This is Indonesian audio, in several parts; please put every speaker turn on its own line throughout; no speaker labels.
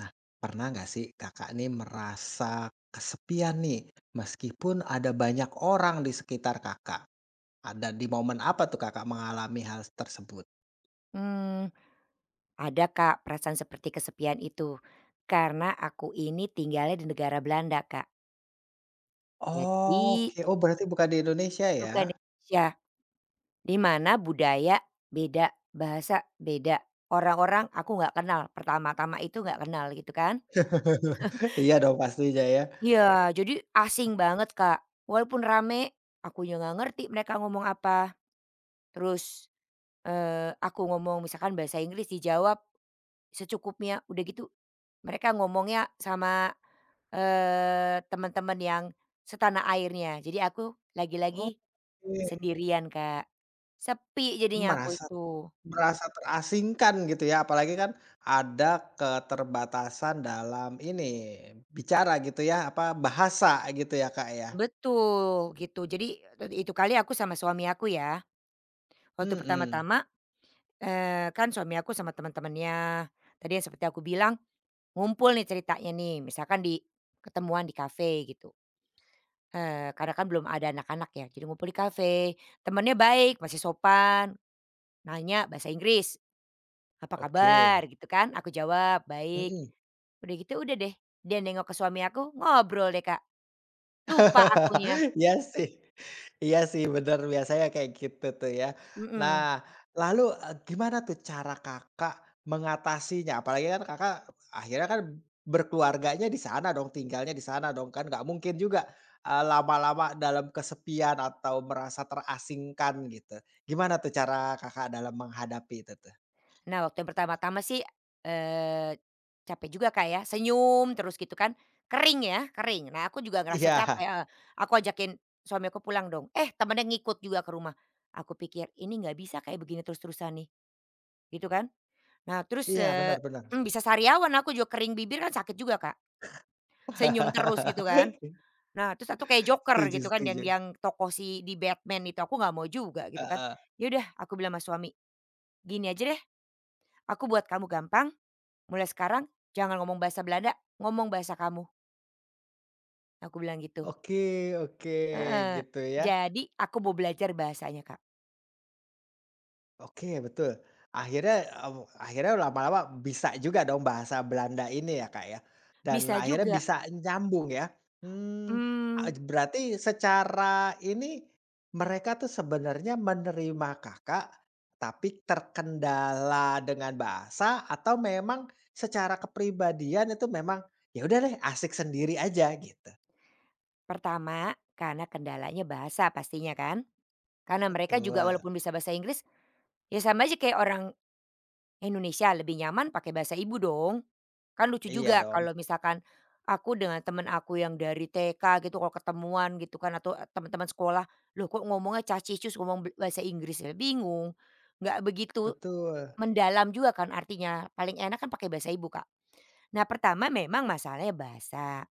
Nah, pernah nggak sih kakak nih merasa kesepian nih, meskipun ada banyak orang di sekitar kakak? Ada di momen apa tuh kakak mengalami hal tersebut?
Hmm, ada Kak, perasaan seperti kesepian itu. Karena aku ini tinggalnya di negara Belanda Kak, jadi
Oke, oh berarti bukan di Indonesia
bukan
ya?
Indonesia, di mana budaya beda, bahasa beda, orang-orang aku nggak kenal, pertama-tama itu nggak kenal gitu kan.
Iya dong pastinya ya.
Iya, jadi asing banget Kak, walaupun rame, aku juga nggak ngerti mereka ngomong apa, terus, aku ngomong misalkan bahasa Inggris dijawab secukupnya, udah gitu mereka ngomongnya sama, teman-teman yang setanah airnya. Jadi aku lagi-lagi
Oke,
sendirian, Kak. Sepi jadinya aku
merasa
itu.
merasa terasingkan gitu ya, apalagi kan ada keterbatasan dalam ini bicara gitu ya, apa bahasa gitu ya kak ya?
Betul, gitu. Jadi, itu kali aku sama suami aku ya. Waktu
Hmm,
pertama-tama, kan suami aku sama teman-temannya, tadi yang seperti aku bilang, ngumpul nih ceritanya nih, misalkan di ketemuan di kafe gitu. Karena kan belum ada anak-anak ya, jadi ngumpul di kafe. Temannya baik, masih sopan. Nanya bahasa Inggris, "Apa
oke.
kabar?" Gitu kan, aku jawab, "Baik."
Mm-mm.
Udah gitu udah deh, dia nengok ke suami aku, ngobrol deh, Kak. Lupa akunya,
Iya sih iya sih, bener, biasanya kayak gitu tuh ya.
mhm.
Nah, lalu, gimana tuh cara Kakak mengatasinya? Apalagi kan Kakak akhirnya kan berkeluarganya di sana dong, tinggalnya di sana dong kan nggak mungkin juga, lama-lama dalam kesepian atau merasa terasingkan gitu. Gimana tuh cara Kakak dalam menghadapi itu tuh?
Nah, waktu yang pertama-tama sih, eee, capek juga, Kak, ya, senyum terus gitu kan, kering ya, kering. Nah, aku juga ngerasa capek,
Iya
heeh. Aku ajakin suami aku pulang dong, eh temennya ngikut juga ke rumah. Aku pikir, "Ini nggak bisa kayak begini terus-terusan nih," gitu kan. Nah, terus,
iya, benar-benar.
bisa sariawan aku juga, kering bibir kan sakit juga, Kak, senyum terus gitu kan. Nah, terus satu kayak Joker
Setuju
gitu kan, yang
setuju.
yang tokoh si di Batman itu, aku nggak mau juga gitu kan.
Heeh.
Ya udah aku bilang sama suami, "Gini aja deh, aku buat kamu gampang, mulai sekarang jangan ngomong bahasa Belanda, ngomong bahasa kamu." Aku bilang gitu.
Oke oke,
Heeh,
gitu ya.
jadi aku mau belajar bahasanya, Kak.
Oke, betul. Akhirnya, lama-lama bisa juga dong bahasa Belanda ini ya, Kak, ya? Dan
Bisa
akhirnya
juga,
bisa nyambung ya? Hmm.
hmm
Berarti secara ini mereka tuh sebenarnya menerima Kakak, tapi terkendala dengan bahasa atau memang secara kepribadian itu memang, "Ya udah deh, asik sendiri aja," gitu?
pertama karena kendalanya bahasa pastinya kan, karena mereka juga
Betul.
walaupun bisa bahasa Inggris, ya sama aja kayak orang Indonesia lebih nyaman pakai bahasa ibu dong. Kan lucu
Iya
juga
dong,
kalau misalkan aku dengan temen aku yang dari TK gitu kalau ketemuan gitu kan atau eh, teman-teman sekolah, "Loh kok ngomongnya cah cicus ngomong bahasa Inggris ya?" Bingung, nggak begitu
betul.
mendalam juga kan artinya, paling enak kan pakai bahasa ibu, Kak. Nah pertama memang masalahnya bahasa,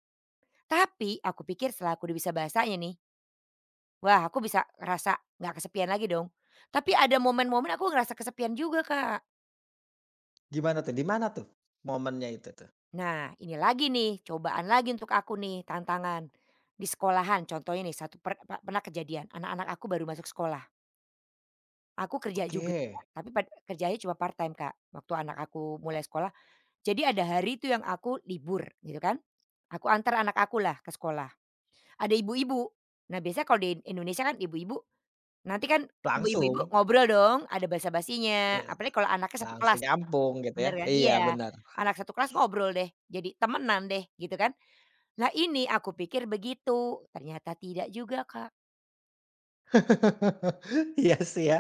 tapi aku pikir setelah aku udah bisa bahasanya nih, wah aku bisa ngerasa nggak kesepian lagi dong. Tapi ada momen-momen aku ngerasa kesepian juga, Kak.
Gimana tuh? Di mana tuh momennya itu tuh?
Nah, ini lagi nih, cobaan lagi untuk aku nih, tantangan. Di sekolahan contohnya nih, satu pernah kejadian, anak-anak aku baru masuk sekolah. Aku kerja juga,
Oke.
tapi kerjanya cuma part time, Kak, waktu anak aku mulai sekolah. Jadi ada hari itu yang aku libur, gitu kan. Aku antar anak aku lah ke sekolah. Ada ibu-ibu. Nah, biasanya kalau di Indonesia kan ibu-ibu, nanti kan ketemu ibu-ibu
Langsung,
ngobrol dong, ada
iya,
basa-basinya, apalagi kalau anaknya satu
langsung
kelas,
nyampung gitu ya.
bener kan?
Iya
Iya,
benar.
anak satu kelas ngobrol deh, jadi temenan deh, gitu kan. Lah ini aku pikir begitu, ternyata tidak juga, Kak.
Iya sih ya.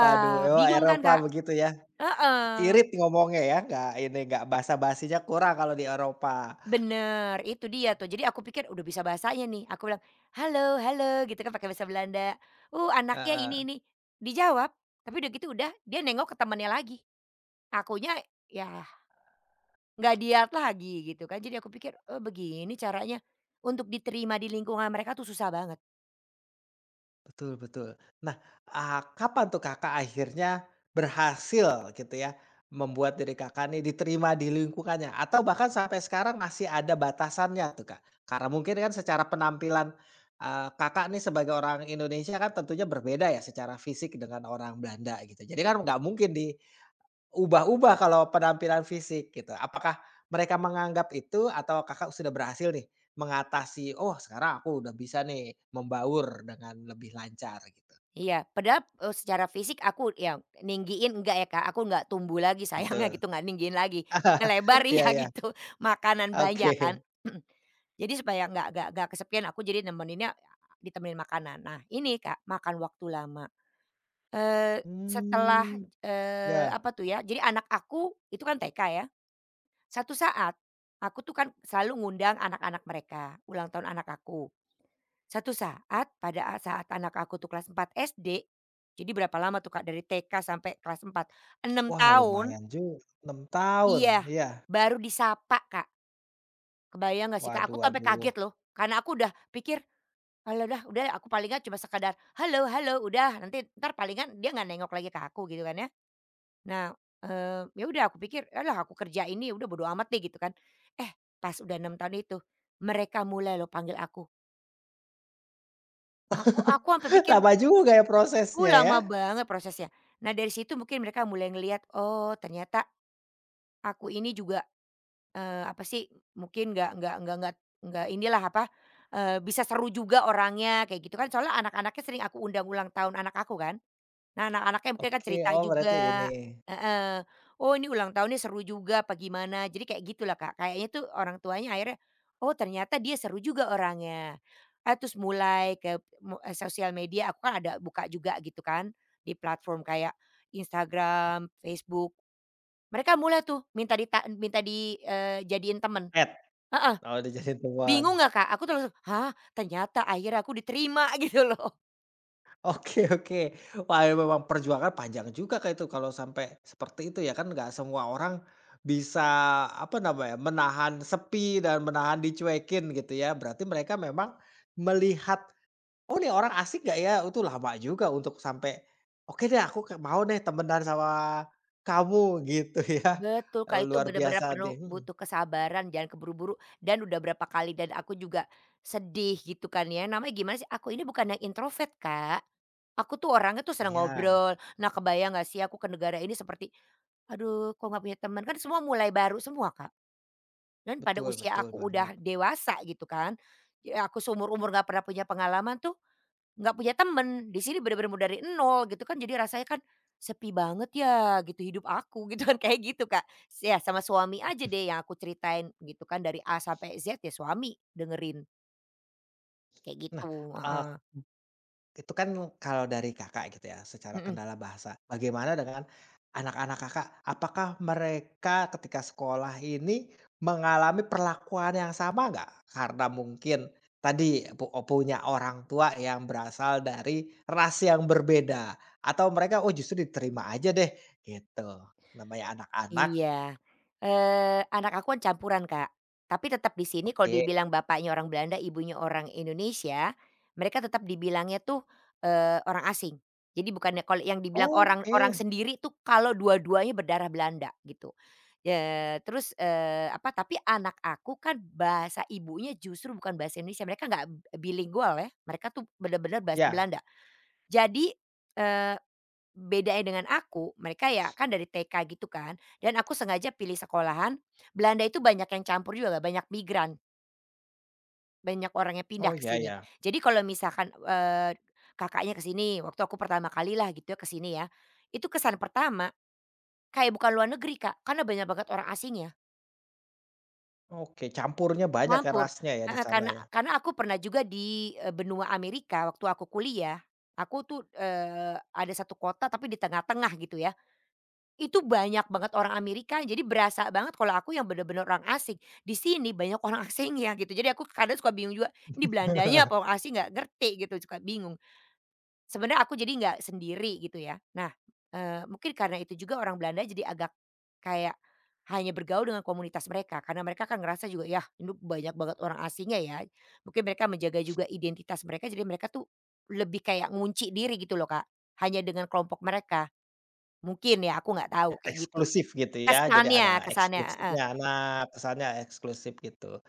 Waduh memang
bingung kan,
Eropa
Kak?
begitu ya.
Heeh,
Irit ngomongnya ya, nggak basa-basinya kurang kalau di Eropa.
bener, itu dia tuh. Jadi aku pikir udah bisa bahasanya nih, aku bilang, "Halo halo," gitu kan pakai bahasa Belanda, anaknya
Heeh.
ini ini." Dijawab, tapi udah gitu udah dia nengok ke temannya lagi. Akunya, ya nggak diat lagi gitu kan. Jadi aku pikir, "Oh begini caranya untuk diterima di lingkungan mereka tuh susah banget."
Betul betul. Nah, kapan tuh Kakak akhirnya berhasil gitu ya, membuat diri Kakak nih diterima di lingkungannya? Atau bahkan sampai sekarang masih ada batasannya tuh, Kak? Karena mungkin kan secara penampilan, Kakak nih sebagai orang Indonesia kan tentunya berbeda ya secara fisik dengan orang Belanda gitu. Jadi kan nggak mungkin di ubah-ubah kalau penampilan fisik gitu. Apakah mereka menganggap itu atau Kakak sudah berhasil nih mengatasi, "Oh sekarang aku udah bisa nih membaur dengan lebih lancar," gitu?
Iya, padahal, secara fisik aku ya ninggiin enggak ya, Kak, aku nggak tumbuh lagi sayangnya
Betul.
gitu, nggak ninggiin lagi. Ngelebar
Iya
iya
iya.
gitu, makanan
Oke.
banyak kan, mhm. Jadi supaya nggak kesepian aku jadi nemeninnya ya, ditemenin makanan. Nah ini, Kak, makan waktu lama. Eee, setelah,
Hmm. Ya.
apa tuh ya, jadi anak aku itu kan TK ya, satu saat aku tuh kan selalu ngundang anak-anak mereka, ulang tahun anak aku. Satu saat, pada saat anak aku tuh kelas 4 SD, jadi berapa lama tuh Kak, dari TK sampai kelas 4, 6
Wah
tahun
lumayan juga. 6 tahun,
iya,
iya.
baru disapa Kak. Kebayang nggak sih Kak, aku
Waduh
tuh sampai
waduh.
kaget loh, karena aku udah pikir, "Halo dah, udah aku palingan cuma sekadar, 'Halo halo,' udah, nanti entar palingan dia nggak nengok lagi ke aku," gitu kan ya. Nah, ya udah aku pikir, "Alah aku kerja ini, udah bodo amat deh," gitu kan. Eh, pas udah 6 tahun itu, mereka mulai loh panggil aku. Aku sampai pikir,
Lama juga ya prosesnya ya.
Lama banget prosesnya. Nah, dari situ mungkin mereka mulai ngelihat, "Oh, ternyata aku ini juga, apa sih, mungkin nggak inilah, apa, bisa seru juga orangnya," kayak gitu kan. Soalnya anak-anaknya sering aku undang ulang tahun anak aku kan. Nah, anak-anaknya mungkin kan
Oke,
cerita
oh berarti ini,
juga, heeh, "Oh, ini ulang tahunnya seru juga apa gimana?" Jadi kayak gitulah, Kak. Kayaknya tuh orang tuanya akhirnya, "Oh, ternyata dia seru juga orangnya." Ah, terus mulai sosial media aku kan ada buka juga gitu kan, di platform kayak Instagram, Facebook. Mereka mulai tuh minta di, jadiin temen.
chat,
Heeh,
oh udah jadi teman.
bingung nggak, Kak? Aku tuh langsung, "Hah, ternyata akhirnya aku diterima," gitu loh.
Oke oke. Wah, ya memang perjuangan panjang juga kayak itu kalau sampai seperti itu ya kan nggak semua orang bisa apa namanya, menahan sepi dan menahan dicuekin gitu ya. Berarti mereka memang melihat, "Oh nih orang asik nggak ya?" Itu lama juga untuk sampai, "Oke deh aku ke mau deh temenan sama kamu," gitu ya.
Betul, Kak, itu
Luar
benar-benar
biasa deh
penuh
mhm.
butuh kesabaran, jangan keburu-buru, dan udah berapa kali dan aku juga sedih gitu kan ya, namanya gimana sih, aku ini bukan yang introvert, Kak. Aku tuh orangnya tuh senang
Iya,
ngobrol. Nah, kebayang gak sih aku ke negara ini seperti, aduh kok nggak punya teman, kan semua mulai baru semua, Kak. Dan pada
betul
usia
betul
aku
banget.
udah dewasa gitu kan, ya aku seumur-umur nggak pernah punya pengalaman tuh nggak punya temen, di sini bener-bener mau dari nol gitu kan jadi rasanya kan, sepi banget ya gitu hidup aku gitu kan, kayak gitu Kak, ya sama suami aja deh yang aku ceritain gitu kan dari A sampai Z, ya suami dengerin kayak
Nah,
gitu, heeh,
itu kan kalau dari Kakak gitu ya, secara
mhm.
kendala bahasa. Bagaimana dengan anak-anak Kakak? Apakah mereka ketika sekolah ini mengalami perlakuan yang sama nggak? Karena mungkin tadi punya orang tua yang berasal dari ras yang berbeda, atau mereka, "Oh, justru diterima aja deh," gitu. Namanya anak-anak,
Iya, anak aku kan campuran, Kak, tapi tetap di sini kalau
oke.
dibilang bapaknya orang Belanda, ibunya orang Indonesia, mereka tetap dibilangnya tuh, orang asing. Jadi bukannya kalau yang dibilang orang orang
Oke,
sendiri tuh kalau dua-duanya berdarah Belanda gitu. Terus, apa, tapi anak aku kan bahasa ibunya justru bukan bahasa Indonesia, mereka nggak bilingual ya, mereka tuh bener-bener bahasa
ya.
Belanda. Jadi, eee bedanya dengan aku, mereka ya kan dari TK gitu kan, dan aku sengaja pilih sekolahan, Belanda itu banyak yang campur juga Kak, banyak migran, banyak orang yang
Oh,
pindah ke
ya
sini.
ya.
Jadi kalau misalkan, Kakaknya ke sini, waktu aku pertama kalilah gitu ya ke sini ya, itu kesan pertama kayak bukan luar negeri Kak, karena banyak banget orang asingnya,
Oke, campurnya banyak ya
campur.
rasnya ya di
Heeh,
sana
karena
ya?
karena aku pernah juga di, benua Amerika waktu aku kuliah, aku tuh, ada satu kota tapi di tengah-tengah gitu ya. Itu banyak banget orang Amerika, jadi berasa banget kalau aku yang bener-bener orang asing. Di sini banyak orang asingnya gitu, jadi aku kadang suka bingung juga, ini Belandanya apa orang asing nggak ngerti gitu, suka bingung. Sebenarnya aku jadi nggak sendiri gitu ya. Nah, mungkin karena itu juga orang Belanda jadi agak kayak hanya bergaul dengan komunitas mereka, karena mereka kan ngerasa juga, "Ya ini banyak banget orang asingnya ya." Mungkin mereka menjaga juga identitas mereka, jadi mereka tuh lebih kayak ngunci diri gitu loh, Kak, hanya dengan kelompok mereka. Mungkin ya, aku nggak tahu,
Ya,
kayak gitu.
eksklusif gitu ya, jadi
Kesannya
ada
kesannya, heeh.
eksklusifnya. Nah, pesannya eksklusif gitu.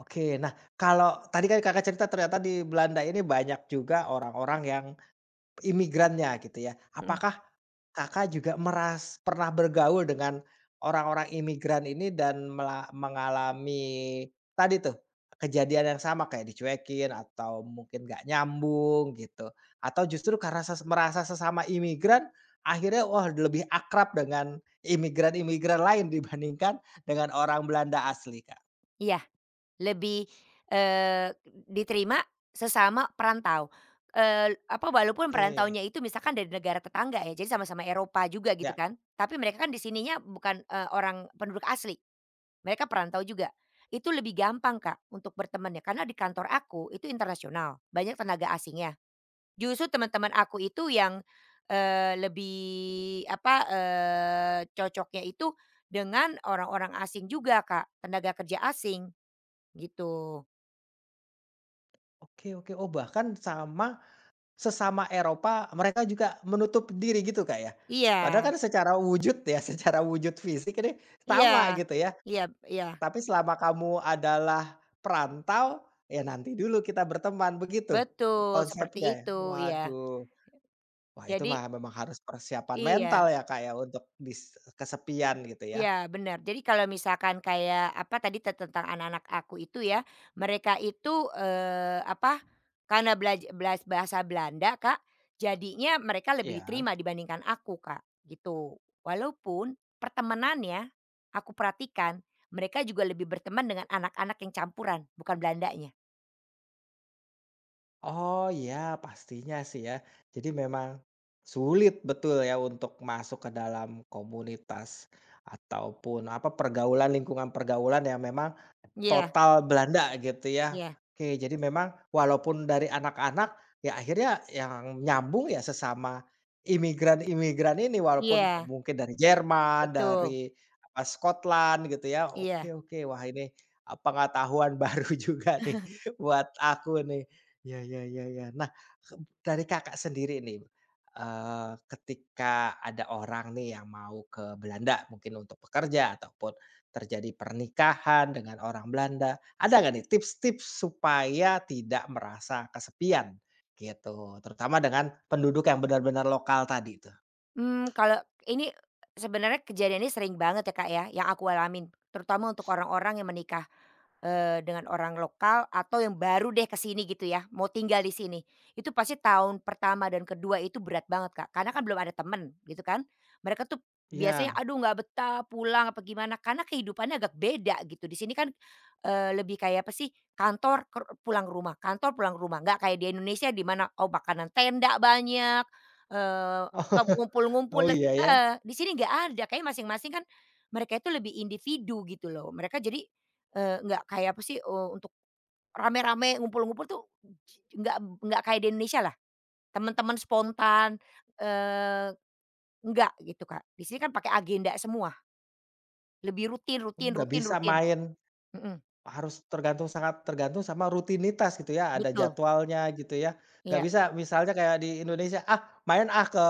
Oke, nah kalau tadi kan Kakak cerita ternyata di Belanda ini banyak juga orang-orang yang imigrannya gitu ya.
Mhm.
Apakah Kakak juga pernah bergaul dengan orang-orang imigran ini dan mengalami tadi tuh, kejadian yang sama kayak dicuekin atau mungkin nggak nyambung gitu? Atau justru karena merasa sesama imigran akhirnya wah lebih akrab dengan imigran-imigran lain dibandingkan dengan orang Belanda asli, Kak?
Iya, lebih, eee, diterima sesama perantau. Apa, walaupun
Oke,
perantaunya itu misalkan dari negara tetangga ya, jadi sama-sama Eropa juga gitu
ya,
kan, tapi mereka kan di sininya bukan, orang penduduk asli, mereka perantau juga. Itu lebih gampang Kak, untuk bertemannya, karena di kantor aku itu internasional, banyak tenaga asingnya. Justru teman-teman aku itu yang, lebih apa, cocoknya itu dengan orang-orang asing juga Kak, tenaga kerja asing gitu.
oke oke. Oh bahkan sama sesama Eropa, mereka juga menutup diri gitu, Kak, ya? Padahal
Iya
kan secara wujud ya, secara wujud fisik ini
iya
sama gitu ya,
iya iya,
tapi selama kamu adalah perantau, ya nanti dulu kita berteman, begitu
betul seperti
konsepnya ya?
itu, iya.
Waduh, wah itu
Jadi
mah memang harus persiapan
iya.
mental ya, Kak, ya, untuk kesepian gitu ya?
Iya benar. Jadi kalau misalkan kayak apa tadi tentang anak-anak aku itu ya, mereka itu, apa, karena belajar bahasa Belanda, Kak, jadinya mereka lebih
Iya.
diterima dibandingkan aku, Kak, gitu. Walaupun pertemanannya aku perhatikan mereka juga lebih berteman dengan anak-anak yang campuran, bukan Belandanya.
Oh ya pastinya sih ya. Jadi memang sulit betul ya untuk masuk ke dalam komunitas ataupun apa pergaulan lingkungan pergaulan yang memang
Iya
total Belanda gitu ya.
iya
Oke, jadi memang walaupun dari anak-anak, ya akhirnya yang nyambung ya sesama imigran-imigran ini walaupun
iya,
mungkin dari Jerman,
betul,
dari apa Scotland gitu ya.
iya.
Oke oke, wah ini, pengetahuan baru juga nih buat aku nih. Ya ya ya ya. Nah, dari Kakak sendiri nih, ketika ada orang nih yang mau ke Belanda mungkin untuk pekerja ataupun terjadi pernikahan dengan orang Belanda, ada nggak nih tips-tips supaya tidak merasa kesepian gitu, terutama dengan penduduk yang benar-benar lokal tadi tuh?
Hmm, kalau ini sebenarnya kejadian ini sering banget ya, Kak, ya, yang aku alamin, terutama untuk orang-orang yang menikah. Dengan orang lokal atau yang baru deh ke sini gitu ya, mau tinggal di sini. Itu pasti tahun pertama dan kedua itu berat banget, Kak, karena kan belum ada temen gitu kan. Mereka tuh biasanya,
Iya.
"Aduh nggak betah pulang apa gimana," karena kehidupannya agak beda gitu. Di sini kan, lebih kayak apa sih, kantor pulang ke rumah, kantor pulang ke rumah, nggak kayak di Indonesia di mana, oh makanan tenda banyak, eee,
Oh
ke ngumpul-ngumpul,
oh iya ya?
heeh, di sini nggak ada. Kayak masing-masing kan mereka itu lebih individu gitu loh. Mereka jadi, nggak kayak apa sih, untuk rame-rame ngumpul-ngumpul tuh j- nggak nggak kayak di Indonesia lah, teman-teman spontan, eee, nggak gitu, Kak. Di sini kan pakai agenda semua, lebih rutin
Hmm,
rutin
nggak
rutin
bisa
rutin.
main,
Mhm,
harus tergantung sangat tergantung sama rutinitas gitu ya, ada
betul,
jadwalnya gitu ya. Nggak
iya
bisa misalnya kayak di Indonesia, "Ah, main ah ke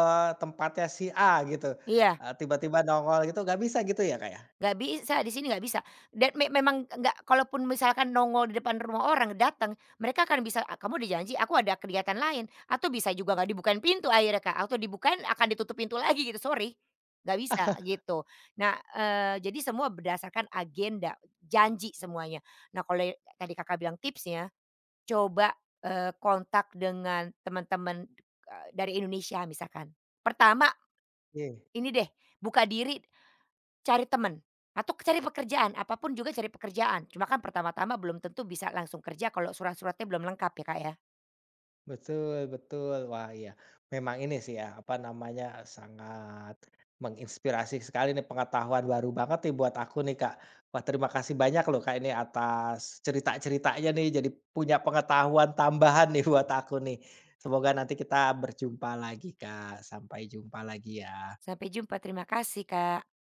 tempatnya si A," gitu,
iya.
tiba-tiba nongol gitu, nggak bisa gitu ya, kayak.
Nggak bisa, di sini nggak bisa. Dan memang nggak, kalaupun misalkan nongol di depan rumah orang datang, mereka akan bisa, "Ah, kamu udah janji, aku ada kegiatan lain." Atau bisa juga nggak dibukain pintu akhirnya, Kak, atau dibukain akan ditutup pintu lagi gitu, sorry, nggak bisa gitu. Nah, jadi semua berdasarkan agenda, janji semuanya. Nah, kalau ya tadi Kakak bilang tipsnya, coba, kontak dengan teman-teman, dari Indonesia misalkan. Pertama
Iya.
ini deh, buka diri, cari temen, atau cari pekerjaan, apapun juga cari pekerjaan. Cuma kan pertama-tama belum tentu bisa langsung kerja kalau surat-suratnya belum lengkap ya, Kak, ya.
Betul betul. Wah, iya. Memang ini sih ya, apa namanya, sangat menginspirasi sekali nih, pengetahuan baru banget nih buat aku nih, Kak. Wah, terima kasih banyak loh, Kak, ini atas cerita-ceritanya nih, jadi punya pengetahuan tambahan nih buat aku nih. Semoga nanti kita berjumpa lagi, Kak. Sampai jumpa lagi ya.
Sampai jumpa, terima kasih, Kak.